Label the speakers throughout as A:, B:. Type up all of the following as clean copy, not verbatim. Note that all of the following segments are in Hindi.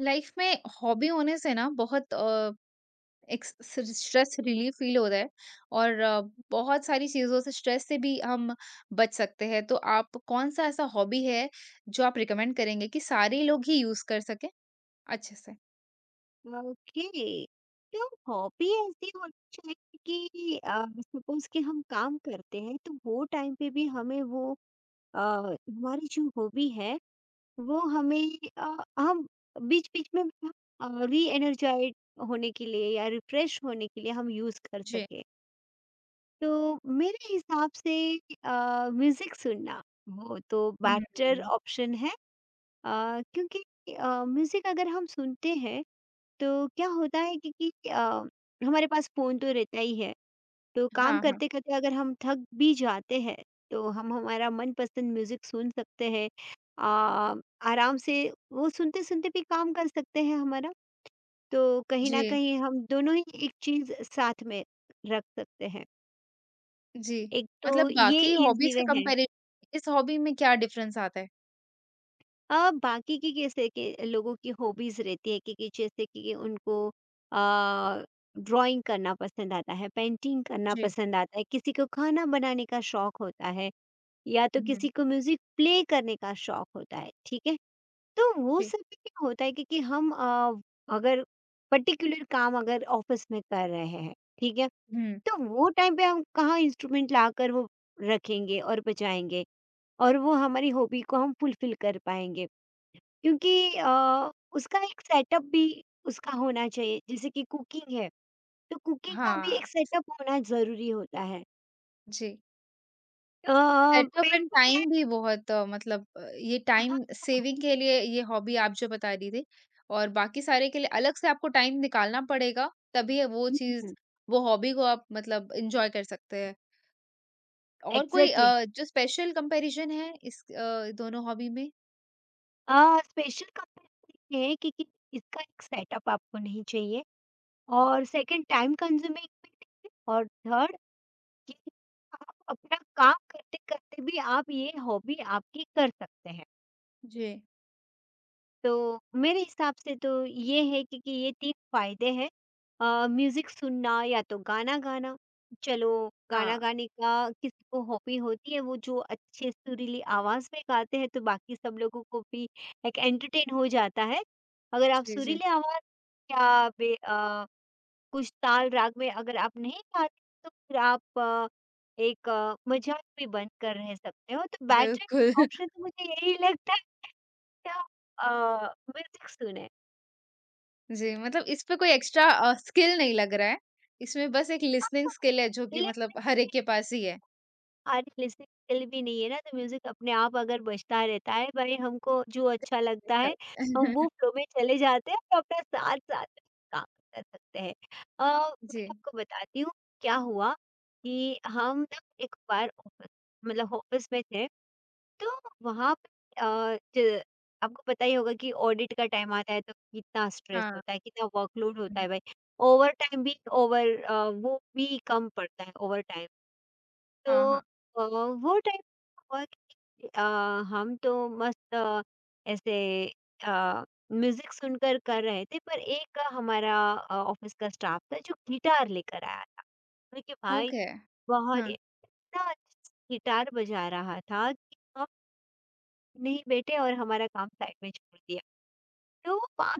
A: लाइफ में हॉबी होने से ना बहुत एक स्ट्रेस रिलीफ फील होता है और बहुत सारी चीज़ों से स्ट्रेस से भी हम बच सकते हैं तो आप कौन सा ऐसा हॉबी है जो आप रिकमेंड करेंगे कि सारे लोग ही यूज़ कर सकें अच्छे से?
B: ओके। तो हॉबी ऐसी होनी चाहिए कि सपोज कि हम काम करते हैं तो वो टाइम पे भी हमें वो हमारी जो हॉबी है वो हमें हम बीच बीच में री एनर्जाइज होने के लिए या रिफ्रेश होने के लिए हम यूज कर
A: जी।
B: सके। तो मेरे हिसाब से म्यूजिक सुनना वो तो बेटर
A: हुँ।
B: ऑप्शन है। क्योंकि म्यूजिक अगर हम सुनते हैं तो क्या होता है कि हमारे पास फ़ोन तो रहता ही है, तो काम
A: हाँ, हाँ।
B: करते-करते अगर हम थक भी जाते हैं, तो हम हमारा मनपसंद म्यूज़िक सुन सकते हैं। अ, आराम से वो सुनते-सुनते भी काम कर सकते हैं हमारा, तो कहीं न
A: जी,
B: कहीं हम दोनों ही एक चीज़ साथ में रख सकते हैं।
A: जी।
B: एक तो
A: मतलब
B: ये
A: बाकी
B: इज़ी
A: हॉबीज़ के
B: वे है।
A: कंपैरिज़न इस हॉबी में क्या डिफ़रेंस आता है?
B: बाकी की कैसे के लोगों की हॉबीज़ रहती है कि जैसे कि उनको अ, ड्राइंग करना पसंद आता है, पेंटिंग करना
A: जी।
B: पसंद आता है, किसी को खाना बनाने का शौक होता है या तो
A: हुँ,
B: किसी को म्यूज़िक प्ले करने का शौक होता है, ठीक है? तो वो
A: जी।
B: सब में क्या होता है कि हम अगर पर्टिकुलर काम अगर ऑफ़िस में कर रहे हैं, ठीक है?
A: हुँ।
B: तो वो टाइम पे हम कहाँ इंस्ट्रूमेंट लाकर वो रखेंगे और बजाएँगे और वो हमारी हॉबी को हम फुलफ़िल कर पाएँगे। क्योंकि उसका एक सेटअप भी उसका होना चाहिए, जैसे कि कुकिंग है, तो कुकिंग का भी
A: हाँ,
B: एक सेटअप होना ज़रूरी होता है।
A: जी।
B: अ,
A: सेटअप एंड
B: पेंटिंग है।
A: टाइम भी बहुत मतलब ये
B: हाँ।
A: टाइम सेविंग के लिए ये हॉबी आप जो बता रही थी और बाकी सारे के लिए अलग से आपको टाइम निकालना पड़ेगा, तभी वो
B: हुँ,
A: चीज़
B: हुँ।
A: वो हॉबी को आप मतलब एन्जॉय कर सकते हैं। और कोई
B: एग्ज़ैक्टली।
A: जो स्पेशल कंपैरिज़न है इस दोनों हॉबी में?
B: स्पेशल कंपनी ये है कि इसका एक सेटअप आपको नहीं चाहिए
A: हाँ,
B: और सेकंड टाइम कंज्यूमिंग भी है और थर्ड कि आप अपना काम करते-करते भी आप ये हॉबी आपकी कर सकते हैं।
A: जी।
B: तो मेरे हिसाब से तो ये है कि ये 3 फ़ायदे हैं। म्यूज़िक सुनना या तो गाना गाना, चलो गाना
A: हाँ।
B: गाने का किसी को हॉबी होती है वो जो अच्छे सुरीली आवाज़ में गाते हैं तो बाकी सब लोगों को भी एक एंटरटेन हो जाता है। अगर आप
A: जी, जी।
B: सुरीली आवाज़ या बे अ कुछ ताल राग में अगर आप नहीं गाते तो फिर आप एक मजाक भी बनकर रह सकते हो। तो बेटर
A: बिल्कुल।
B: ऑप्शन तो मुझे यही लगता है कि आप म्यूज़िक सुनें।
A: जी, मतलब इस पे कोई एक्स्ट्रा स्किल नहीं लग रहा है। इसमें बस एक लिसनिंग स्किल है जो कि मतलब हर एक के पास ही है।
B: आज लिसनिंग स्किल भी नहीं है ना, तो म्यूज़िक अपने आप अगर बजता रहता है, भई हमको जो अच्छा लगता
A: अच्छा।
B: है, हम वो फ्लो में चले जाते हैं और अपना साथ-साथ काम कर सकते हैं। अ, मैं
A: जी।
B: आपको बताती हूँ, क्या हुआ कि हम ना एक बार ऑफ़िस मतलब ऑफ़िस में थे तो वहाँ पे अ, ज आपको पता ही होगा कि ऑडिट का टाइम आता है तो कितना स्ट्रेस
A: हाँ।
B: होता है, कितना वर्कलोड होता है भाई। ओवरटाइम भी वो भी कम पड़ता है ओवरटाइम। तो
A: हाँ, हाँ।
B: वो टाइम हुआ कि हम तो मस्त ऐसे अ, म्यूज़िक सुनकर कर रहे थे पर एक हमारा ऑफ़िस का स्टाफ था जो गिटार लेकर आया था। मैंने कि भाई
A: ओके।
B: बहुत
A: हाँ।
B: ही- इतना अच्छा गिटार बजा रहा था कि हम नहीं बेटे और हमारा काम साइड में छोड़ दिया। तो 5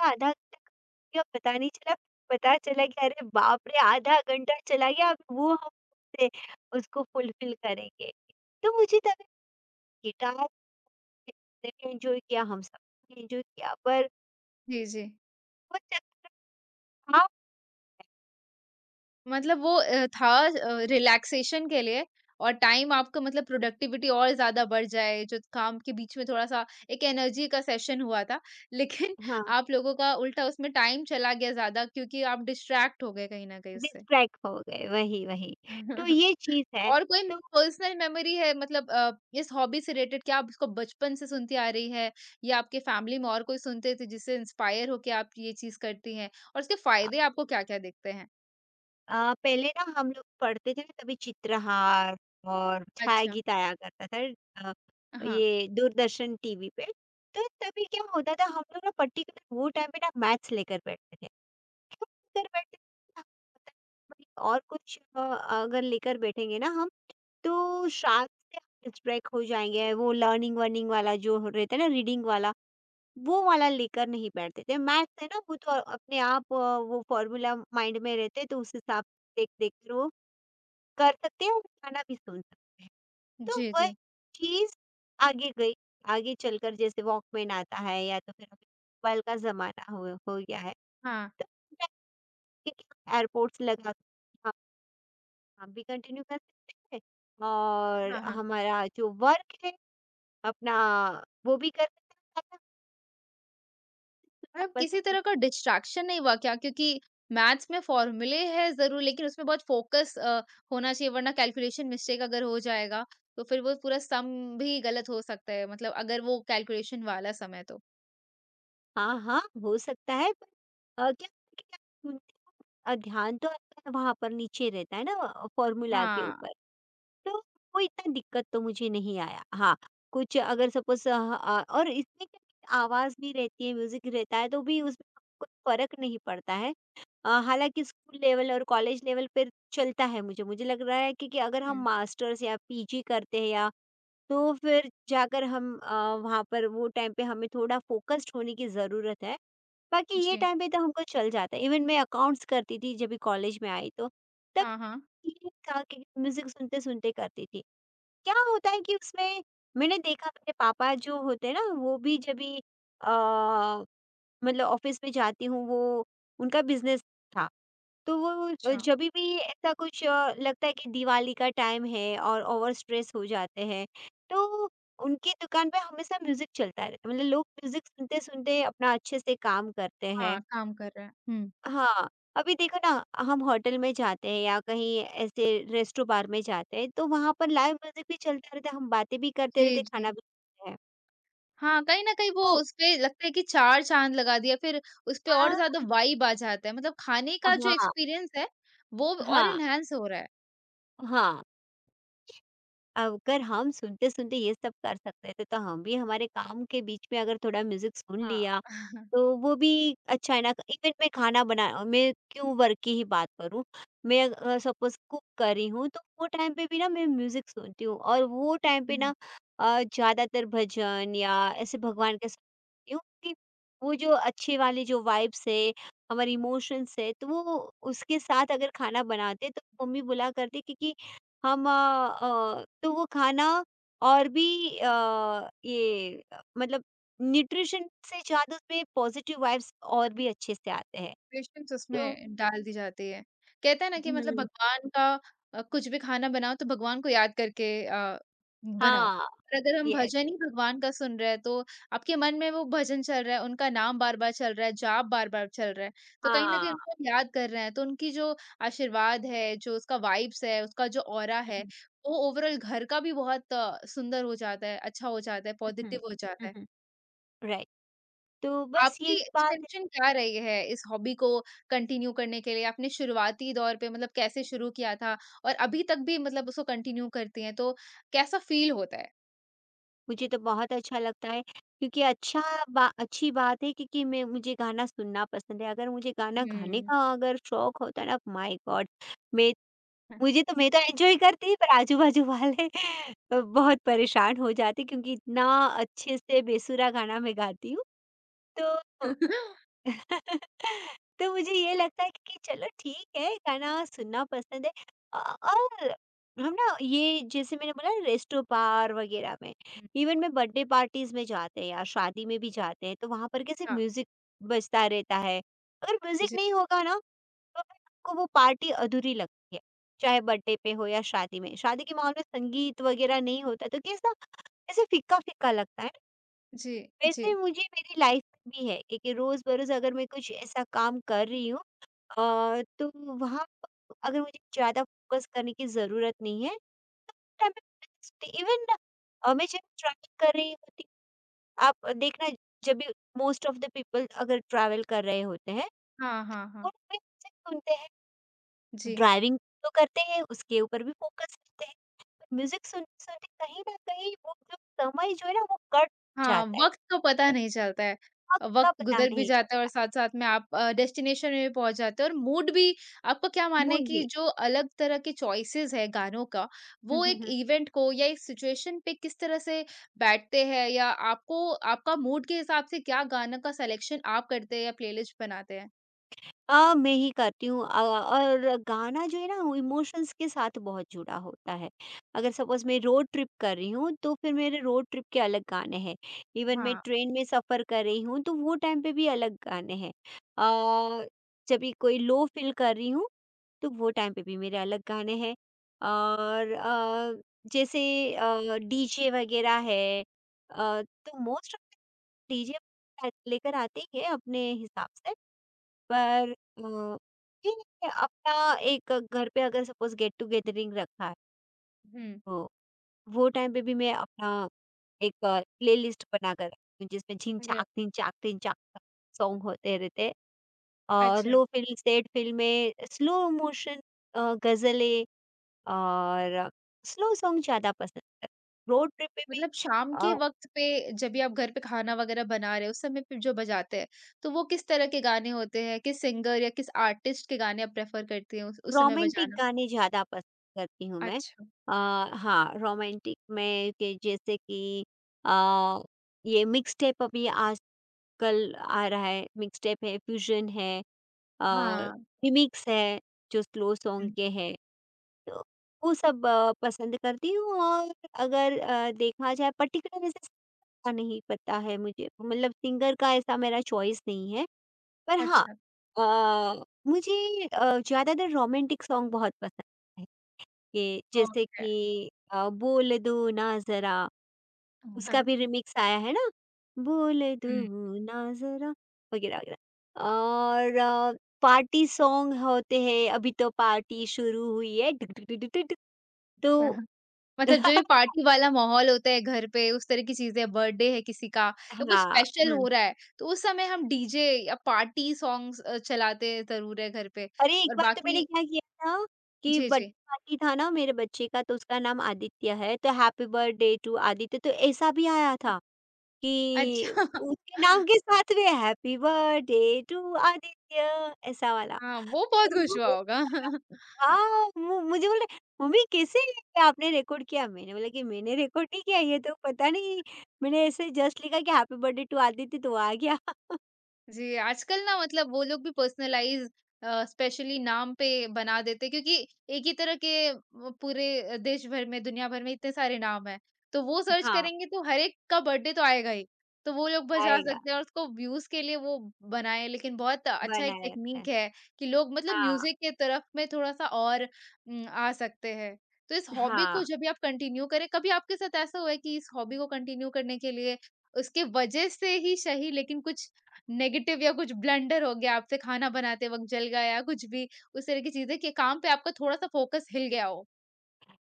B: का आधा घंटा या पता नहीं चला, पता चला कि अरे बाप रे! आधा घंटा चला गया अब वो हम से उसको फुलफ़िल करेंगे। तो मुझे तब गिटार ने भी एन्जॉय किया, हम सब ने एन्जॉय किया पर
A: जी, जी।
B: वो चक हाँ,
A: मतलब वो था रिलैक्सेशन के लिए और टाइम आपका मतलब प्रोडक्टिविटी और ज़्यादा बढ़ जाए, जो काम के बीच में थोड़ा-सा एक एनर्जी का सेशन हुआ था। लेकिन
B: हाँ,
A: आप लोगों का उल्टा उसमें टाइम चला गया ज़्यादा क्योंकि आप डिस्ट्रैक्ट हो गए कहीं न कहीं उससे।
B: डिस्ट्रैक्ट हो गए, वही। तो ये चीज़ है,
A: और कोई
B: तो
A: पर्सनल मेमोरी है मतलब इस हॉबी से रिलेटेड क्या आप इसको बचपन से सुनती आ रही है या आपके फैमिली में और कोई सुनते थे जिससे इंस्पायर होके आप ये चीज करती हैं और इसके फायदे आपको क्या-क्या दिखते हैं?
B: पहले ना हम लोग पढ़ते थे ना तभी चित्रहार और
A: अच्छा,
B: छायागीत आया करता था। अ,
A: हाँ।
B: ये दूरदर्शन टीवी पे। तो तभी क्या होता था हम लोग ना पर्टिकुलर वो टाइम पे ना मैथ्स लेकर बैठते थे। क्यों लेकर बैठते थे? भाई और कुछ अगर लेकर बैठेंगे ना हम तो शायद से हम डिस्ट्रैक्ट हो जाएँगे। वो लर्निंग-वर्निंग वाला जो रहता है ना रीडिंग वाला वो वाला लेकर नहीं बैठते थे। मैथ्स है ना वो तो अपने आप वो फ़ॉर्मूला माइंड में रहते हैं तो उस हिसाब से देख-देख कर वो कर सकते हैं और खाना भी सुन सकते हैं। तो
A: जी,
B: वही
A: जी।
B: चीज़ आगे गई, आगे चलकर जैसे वॉकमैन आता है या तो फिर अभी मोबाइल का ज़माना हो गया है।
A: हाँ,
B: तो एयरपोर्ट्स लगा के हम काम भी कंटिन्यू कर सकते हैं और
A: हाँ, हाँ।
B: हमारा जो वर्क है अपना वो भी कर सकते हैं।
A: मतलब
B: खाना-पीना
A: किसी
B: पसंद है।
A: तरह का डिस्ट्रैक्शन नहीं हुआ क्या? क्योंकि मैथ्स में फॉर्मूले हैं ज़रूर लेकिन उसमें बहुत फ़ोकस होना चाहिए वरना कैलकुलेशन मिस्टेक अगर हो जाएगा तो फिर वो पूरा सम भी गलत हो सकता है मतलब अगर वो कैलकुलेशन वाला सम है तो।
B: हाँ, हाँ, हो सकता है पर अ, क्या ध्यान तो आपका वहाँ पर नीचे रहता है ना फ़ॉर्मूला के
A: हाँ।
B: ऊपर, तो कोई इतना दिक्कत तो मुझे नहीं आया। हाँ, कुछ अगर सपोज़ और इसमें क्या आवाज़ भी रहती है, म्यूज़िक रहता है तो भी उसमें कोई फ़र्क नहीं पड़ता है। हालाँकि स्कूल लेवल और कॉलेज लेवल पे चलता है मुझे, मुझे लग रहा है कि अगर हम
A: हुँ,
B: मास्टर्स या पीजी करते हैं या तो फिर जाकर हम वहाँ पर वो टाइम पे हमें थोड़ा फोकस्ड होने की ज़रूरत है। बाकी ये
A: जी।
B: टाइम पे तो हमको चल जाता है। इवन मैं अकाउंट्स करती थी जब भी कॉलेज में आई तो, तब
A: हाँ, हाँ।
B: ये था कि म्यूज़िक सुनते-सुनते करती थी। क्या होता है कि उसमें मैंने देखा मेरे पापा जो होते हैं ना वो भी जब भी अ, मतलब ऑफ़िस में जाती हूँ वो उनका बिज़नेस था। तो वो
A: अच्छा,
B: जभी भी ऐसा कुछ लगता है कि दिवाली का टाइम है और ओवर स्ट्रेस हो जाते हैं, तो उनकी दुकान पे हमेशा म्यूज़िक चलता रहता है। मतलब लोग म्यूज़िक सुनते-सुनते अपना अच्छे से काम करते हैं।
A: हाँ, काम कर रहा है। हुँ,
B: हाँ, अभी देखो ना हम होटल में जाते हैं या कहीं ऐसे रेस्टो बार में जाते हैं, तो वहाँ पर लाइव म्यूज़िक भी चलता रहता है, हम बातें भी करते
A: जी,
B: रहते हैं,
A: जी।
B: खाना भी खाते हैं।
A: हाँ, कहीं न कहीं वो
B: तो
A: उसपे लगता है कि 4 चाँद लगा दिया, फिर उसपे और
B: हाँ,
A: ज़्यादा वाइब आ जाता है। मतलब खाने
B: हाँ,
A: का जो
B: हाँ,
A: एक्सपीरियंस है, वो और
B: हाँ,
A: एनहांस हो रहा है।
B: हाँ। अगर हम सुनते-सुनते ये सब कर सकते थे, तो हम भी हमारे काम के बीच में अगर थोड़ा म्यूज़िक सुन लिया,
A: हाँ।
B: तो वो भी अच्छा है ना। इवन मैं खाना बना मैं क्यों वर्क की ही बात करूँ, मैं सपोज़ कुक कर रही हूँ, तो वो टाइम पे भी ना मैं म्यूज़िक सुनती हूँ और वो टाइम पे
A: हुँ।
B: ना ज़्यादातर भजन या ऐसे भगवान के सुनती हूँ कि वो जो अच्छे वाले जो वाइब्स है, हमारे इमोशंस है, तो वो उसके साथ अगर खाना बनाते, तो मम्मी बोला करती कि हम तो वो खाना और भी मतलब न्यूट्रिशन से ज़्यादा उसमें पॉज़िटिव वाइब्स और भी अच्छे से आते हैं।
A: प्रिपरेशंस
B: तो
A: उसमें डाल दी जाती है। कहते हैं ना कि मतलब
B: हुँ।
A: भगवान का कुछ भी खाना बनाओ तो भगवान को याद करके बनाओ।
B: हाँ,
A: और अगर हम
B: यस,
A: भजन ही भगवान का सुन रहे हैं तो आपके मन में वो भजन चल रहा है, उनका नाम बार-बार चल रहा है, जाप बार-बार चल रहा है, तो कहीं न कहीं
B: हाँ।
A: उनको हम याद कर रहे हैं, तो उनकी जो आशीर्वाद है, जो उसका वाइब्स है, उसका जो ऑरा
B: हुँ,
A: है,
B: हुँ,
A: वो ओवरऑल घर का भी बहुत सुंदर हो जाता है, अच्छा हो जाता है,
B: हुँ,
A: पॉजिटिव हो जाता
B: हुँ,
A: है।
B: हुँ। राइट, तो बस
A: आपकी
B: यही बात है।
A: इंस्पिरेशन क्या रही है इस हॉबी को कंटिन्यू करने के लिए? आपने शुरुआती दौर पे मतलब कैसे शुरू किया था? और अभी तक भी मतलब उसको कंटिन्यू करती हैं तो कैसा फ़ील होता है?
B: मुझे तो बहुत अच्छा लगता है क्योंकि अच्छा बा अच्छी बात है क्योंकि मैं मुझे गाना सुनना पसंद है। अगर मुझे गाना गाने
A: हुँ।
B: का अगर शौक होता ना माय गॉड! मैं मुझे तो मैं तो एन्जॉय करती पर आजू-बाजू वाले बहुत परेशान हो जाते क्योंकि इतना अच्छे से बेसुरा गाना मैं गाती हूँ तो तो मुझे ये लगता है कि चलो ठीक है, गाना सुनना पसंद है। और हम ना ये जैसे मैंने बोला रेस्टो बार वगैरह में,
A: हुँ,
B: इवन मैं बर्थडे पार्टीज़ में जाते हैं या शादी में भी जाते हैं तो वहाँ पर कैसे
A: हाँ,
B: म्यूज़िक बजता रहता है। अगर म्यूज़िक
A: जी,
B: नहीं होगा ना तो आपको वो पार्टी अधूरी लगती है, चाहे बर्थडे पे हो या शादी में। शादी के माहौल में संगीत वगैरह नहीं होता तो कैसा ऐसे फीका-फीका लगता है।
A: जी,
B: वैसे
A: जी।
B: मुझे मेरी लाइफ में भी है क्योंकि रोज़-बरोज़ अगर मैं कुछ ऐसा काम कर रही हूँ तो वहाँ प अगर मुझे ज़्यादा फोकस करने की ज़रूरत नहीं है, इवन मैं जब ट्रैवल कर रही होती हूँ, आप देखना जब भी मोस्ट ऑफ द पीपल अगर ट्रैवल कर रहे होते हैं,
A: हाँ, हाँ, हाँ।
B: वो music सुनते हैं।
A: जी।
B: ड्राइविंग तो करते हैं, उसके ऊपर भी फ़ोकस करते हैं, पर म्यूज़िक सुनते-सुनते कहीं न कहीं वो जो समय जो है ना, वो कट
A: हाँ,
B: जाता है,
A: वक़्त
B: पर
A: का पता नहीं चलता है।
B: वक़्त का
A: वक़्त
B: पता
A: गुज़र भी
B: नहीं
A: जाता है और
B: चलता,
A: साथ-साथ में आप डेस्टिनेशन में भी पहुँच जाते हो और मूड भी आपका क्या मानना है
B: मूड
A: कि
B: भी।
A: जो अलग तरह के चॉइसेस है गानों का, वो एक इवेंट को या एक सिचुएशन पे किस तरह से बैठते हैं या आपको आपका मूड के हिसाब से क्या गाना का सिलेक्शन आप करते हैं या प्लेलिस्ट बनाते हैं?
B: मैं ही करती हूँ और गाना जो है ना वो इमोशंस के साथ बहुत जुड़ा होता है। अगर सपोज़ मैं रोड ट्रिप कर रही हूँ तो फिर मेरे रोड ट्रिप के अलग गाने हैं। इवन मैं
A: हाँ।
B: ट्रेन में सफ़र कर रही हूँ तो वो टाइम पे भी अलग गाने हैं। अ, जब भी कोई लो फ़ील कर रही हूँ तो वो टाइम पे भी मेरे अलग गाने हैं। और जैसे डीजे वग़ैरह है, अ, तो मोस्ट ऑफ़ द डीजे लेकर आते ही है अपने हिसाब से। पर ठीक है अपना एक घर पे अगर सपोज़ गेट टू गेदरिंग रखा है
A: हुँ।
B: तो वो टाइम पे भी मैं अपना एक प्लेलिस्ट बनाकर रखती हूँ जिसमें
A: अरे!
B: झिनचाक,
A: वाह,
B: झिनचाक, झिनचाक सॉन्ग होते रहते हैं। और
A: अच्छा।
B: लो फ़िल्म, सैड फ़िल्में, स्लो मोशन ग़ज़लें और स्लो सॉन्ग ज़्यादा पसंद है। रोड ट्रिप पे
A: मतलब
B: भी
A: शाम के वक़्त पे जब भी आप घर पे खाना वग़ैरह बना रहे हो, उस समय पे जो बजाते हैं, तो वो किस तरह के गाने होते हैं? किस सिंगर या किस आर्टिस्ट के गाने आप प्रेफ़र करती हैं उस समय
B: रोमांटिक
A: बजाना?
B: गाने ज़्यादा पसंद करती हूँ मैं।
A: अच्छा,
B: अ, हाँ, रोमांटिक में के जैसे कि अ, ये मिक्स टेप अभी आजकल आ रहा है, मिक्स टेप है, फ्यूजन है, अ,
A: हाँ।
B: रिमिक्स है, जो स्लो सॉन्ग
A: हुँ,
B: के हैं, तो वो सब आ, पसंद करती हूँ और अगर देखा जाए पर्टिकुलर ऐसे का नहीं पता है मुझे, मतलब सिंगर का ऐसा मेरा चॉइस नहीं है, पर हाँ
A: अच्छा,
B: मुझे ज़्यादातर रोमांटिक सॉन्ग बहुत पसंद है। ये जैसे
A: ओके।
B: कि बोल दो ना ज़रा,
A: हुँ। हाँ,
B: उसका
A: हाँ।
B: भी रीमिक्स आया है ना? बोल
A: हुँ।
B: दो ना ज़रा वगैरह, वगैरह। और पार्टी सॉन्ग होते हैं, अभी तो पार्टी शुरू हुई है डुक, डुक, डुक, डुक, डुक, डुक
A: हाँ,
B: तो
A: हाँ। मतलब जो ये पार्टी वाला माहौल होता है घर पे, उस तरह की चीज़ें, बर्थडे है किसी का या कुछ
B: हाँ,
A: स्पेशल
B: हुँ।
A: हो रहा है, तो उस समय हम डीजे या पार्टी सॉन्ग्स चलाते ज़रूर है घर पे
B: अरे एक
A: और
B: बार तो मैंने
A: बाकी
B: क्या किया था कि
A: जी,
B: बर्थडे
A: जी।
B: पार्टी था ना मेरे बच्चे का तो उसका नाम आदित्य है, तो हैप्पी बर्थडे टू आदित्य तो ऐसा भी आया
A: हाँ,
B: था। कि
A: अच्छा।
B: उसके नाम के साथ में हैप्पी बर्थडे टू आदित्य ऐसा वाला।
A: हाँ, वो बहुत
B: तो वो
A: खुश हुआ
B: भी
A: होगा।
B: गाया। हाँ, मु मुझे बोले मम्मी कैसे ये आपने रिकॉर्ड किया? मैंने बोला कि मैंने रिकॉर्ड नहीं किया ये तो पता नहीं मैंने ऐसे जस्ट लिखा कि हैप्पी बर्थडे टू आदित्य तो आ गया।
A: जी, आजकल ना मतलब वो लोग भी पर्सनलाइज़ स्पेशली नाम पे बना देते हैं क्योंकि एक ही तरह के पूरे देश भर में, दुनिया भर में इतने सारे नाम हैं। तो वो सर्च
B: हाँ।
A: करेंगे तो हर एक का बर्थडे तो आएगा ही। तो वो लोग बजा
B: आएगा
A: सकते हैं और उसको व्यूज़ के लिए वो बनाए लेकिन बहुत अच्छा एक
B: बनाया रहता
A: टेक्नीक
B: है।
A: है कि लोग मतलब
B: हाँ।
A: म्यूज़िक के तरफ में थोड़ा-सा और आ सकते हैं। तो इस हॉबी को
B: हाँ।
A: जब भी आप कंटिन्यू करें, कभी आपके साथ ऐसा हुआ है कि इस हॉबी को कंटिन्यू करने के लिए उसके वजह से ही सही लेकिन कुछ नेगेटिव या कुछ ब्लंडर हो गया आपसे खाना बनाते वक़्त जल गया, या कुछ भी उस तरह की चीज़ें कि काम पे आपका थोड़ा-सा फ़ोकस हिल गया हो।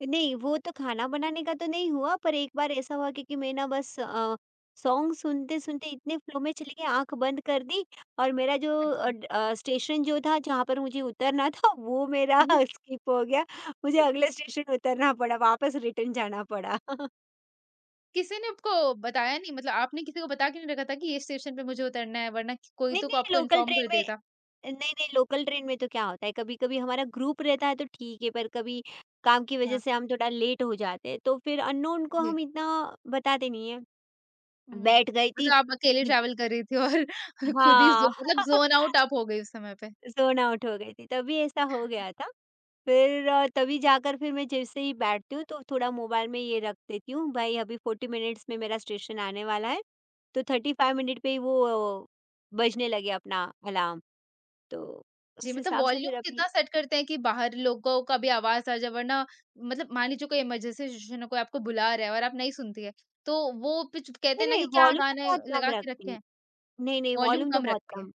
B: नहीं, वो तो खाना बनाने का तो नहीं हुआ, पर एक बार ऐसा हुआ क्योंकि मैं ना बस सॉन्ग सुनते-सुनते इतने फ्लो में चली गई, आँख बंद कर दी और मेरा जो
A: अच्छा।
B: स्टेशन जो था, जहाँ पर मुझे उतरना था, वो मेरा
A: हम्म।
B: स्किप हो गया। मुझे अगले स्टेशन उतरना पड़ा, वापस रिटर्न जाना पड़ा।
A: किसी ने आपको बताया नहीं मतलब आपने किसी को बता के नहीं रखा था कि ये स्टेशन पे मुझे उतरना है वरना कि- कोई
B: नहीं,
A: तो
B: नहीं,
A: आपको
B: लोकल
A: इन्फॉर्म
B: ट्रेन
A: कर
B: में
A: देता?
B: नहीं, नहीं, लोकल ट्रेन में तो क्या होता है, कभी-कभी हमारा ग्रुप रहता है, तो ठीक है, पर कभी काम की वजह
A: हाँ।
B: से हम थोड़ा लेट हो जाते हैं, तो फिर अननोन को
A: जी।
B: हम इतना बताते नहीं हैं।
A: हुँ।
B: बैठ गई थी
A: मतलब आप अकेले ट्रैवल कर रही थी और खुद ही
B: हाँ,
A: ज़ो मतलब ज़ोन आउट आप हो गई उस समय पे।
B: ज़ोन आउट हो गई थी, तभी ऐसा हो गया था। फिर तभी जाकर फिर मैं जैसे ही बैठती हूँ, तो थोड़ा मोबाइल में ये रख देती हूँ, भाई अभी 40 मिनट्स में मेरा स्टेशन आने वाला है, तो 35 मिनट पे ही वो अ, बजने लगे अपना अलार्म, तो
A: जी,
B: उस
A: मतलब
B: हिसाब से
A: वॉल्यूम
B: फिर
A: कितना
B: अभी
A: सेट करते हैं कि बाहर लोगों का भी आवाज़ आ जाए? वरना मतलब मान लीजिए कोई इमरजेंसी सिचुएशन है, कोई आपको बुला रहा है और आप नहीं सुनती है, तो वो कुछ कहते
B: नहीं,
A: हैं ना
B: नहीं
A: कि क्या
B: वॉल्यूम तो
A: गाने
B: बहुत कम
A: लगा के
B: रखती
A: रखे
B: हूँ।
A: हैं,
B: नहीं, नहीं
A: वॉल्यूम
B: वॉल्यूम तो
A: कम
B: बहुत
A: रखते हैं।
B: कम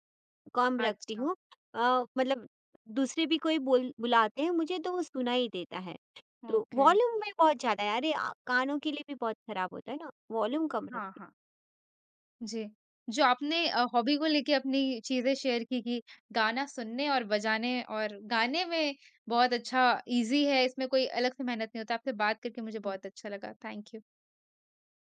B: कम रखती
A: अच्छा,
B: हूँ। मतलब दूसरे भी कोई बोल बुलाते हैं मुझे, तो वो सुनाई देता है। तो
A: ओके।
B: वॉल्यूम में बहुत ज़्यादा है। अरे! कानों के लिए भी बहुत खराब होता है ना, वॉल्यूम कम
A: हाँ,
B: रखती
A: हाँ। जी, जो आपने हॉबी को लेके अपनी चीज़ें शेयर की कि गाना सुनने और बजाने और गाने में बहुत अच्छा ईज़ी है, इसमें कोई अलग से मेहनत नहीं होता। आपसे बात करके मुझे बहुत
B: हूँ।
A: अच्छा लगा। Thank you.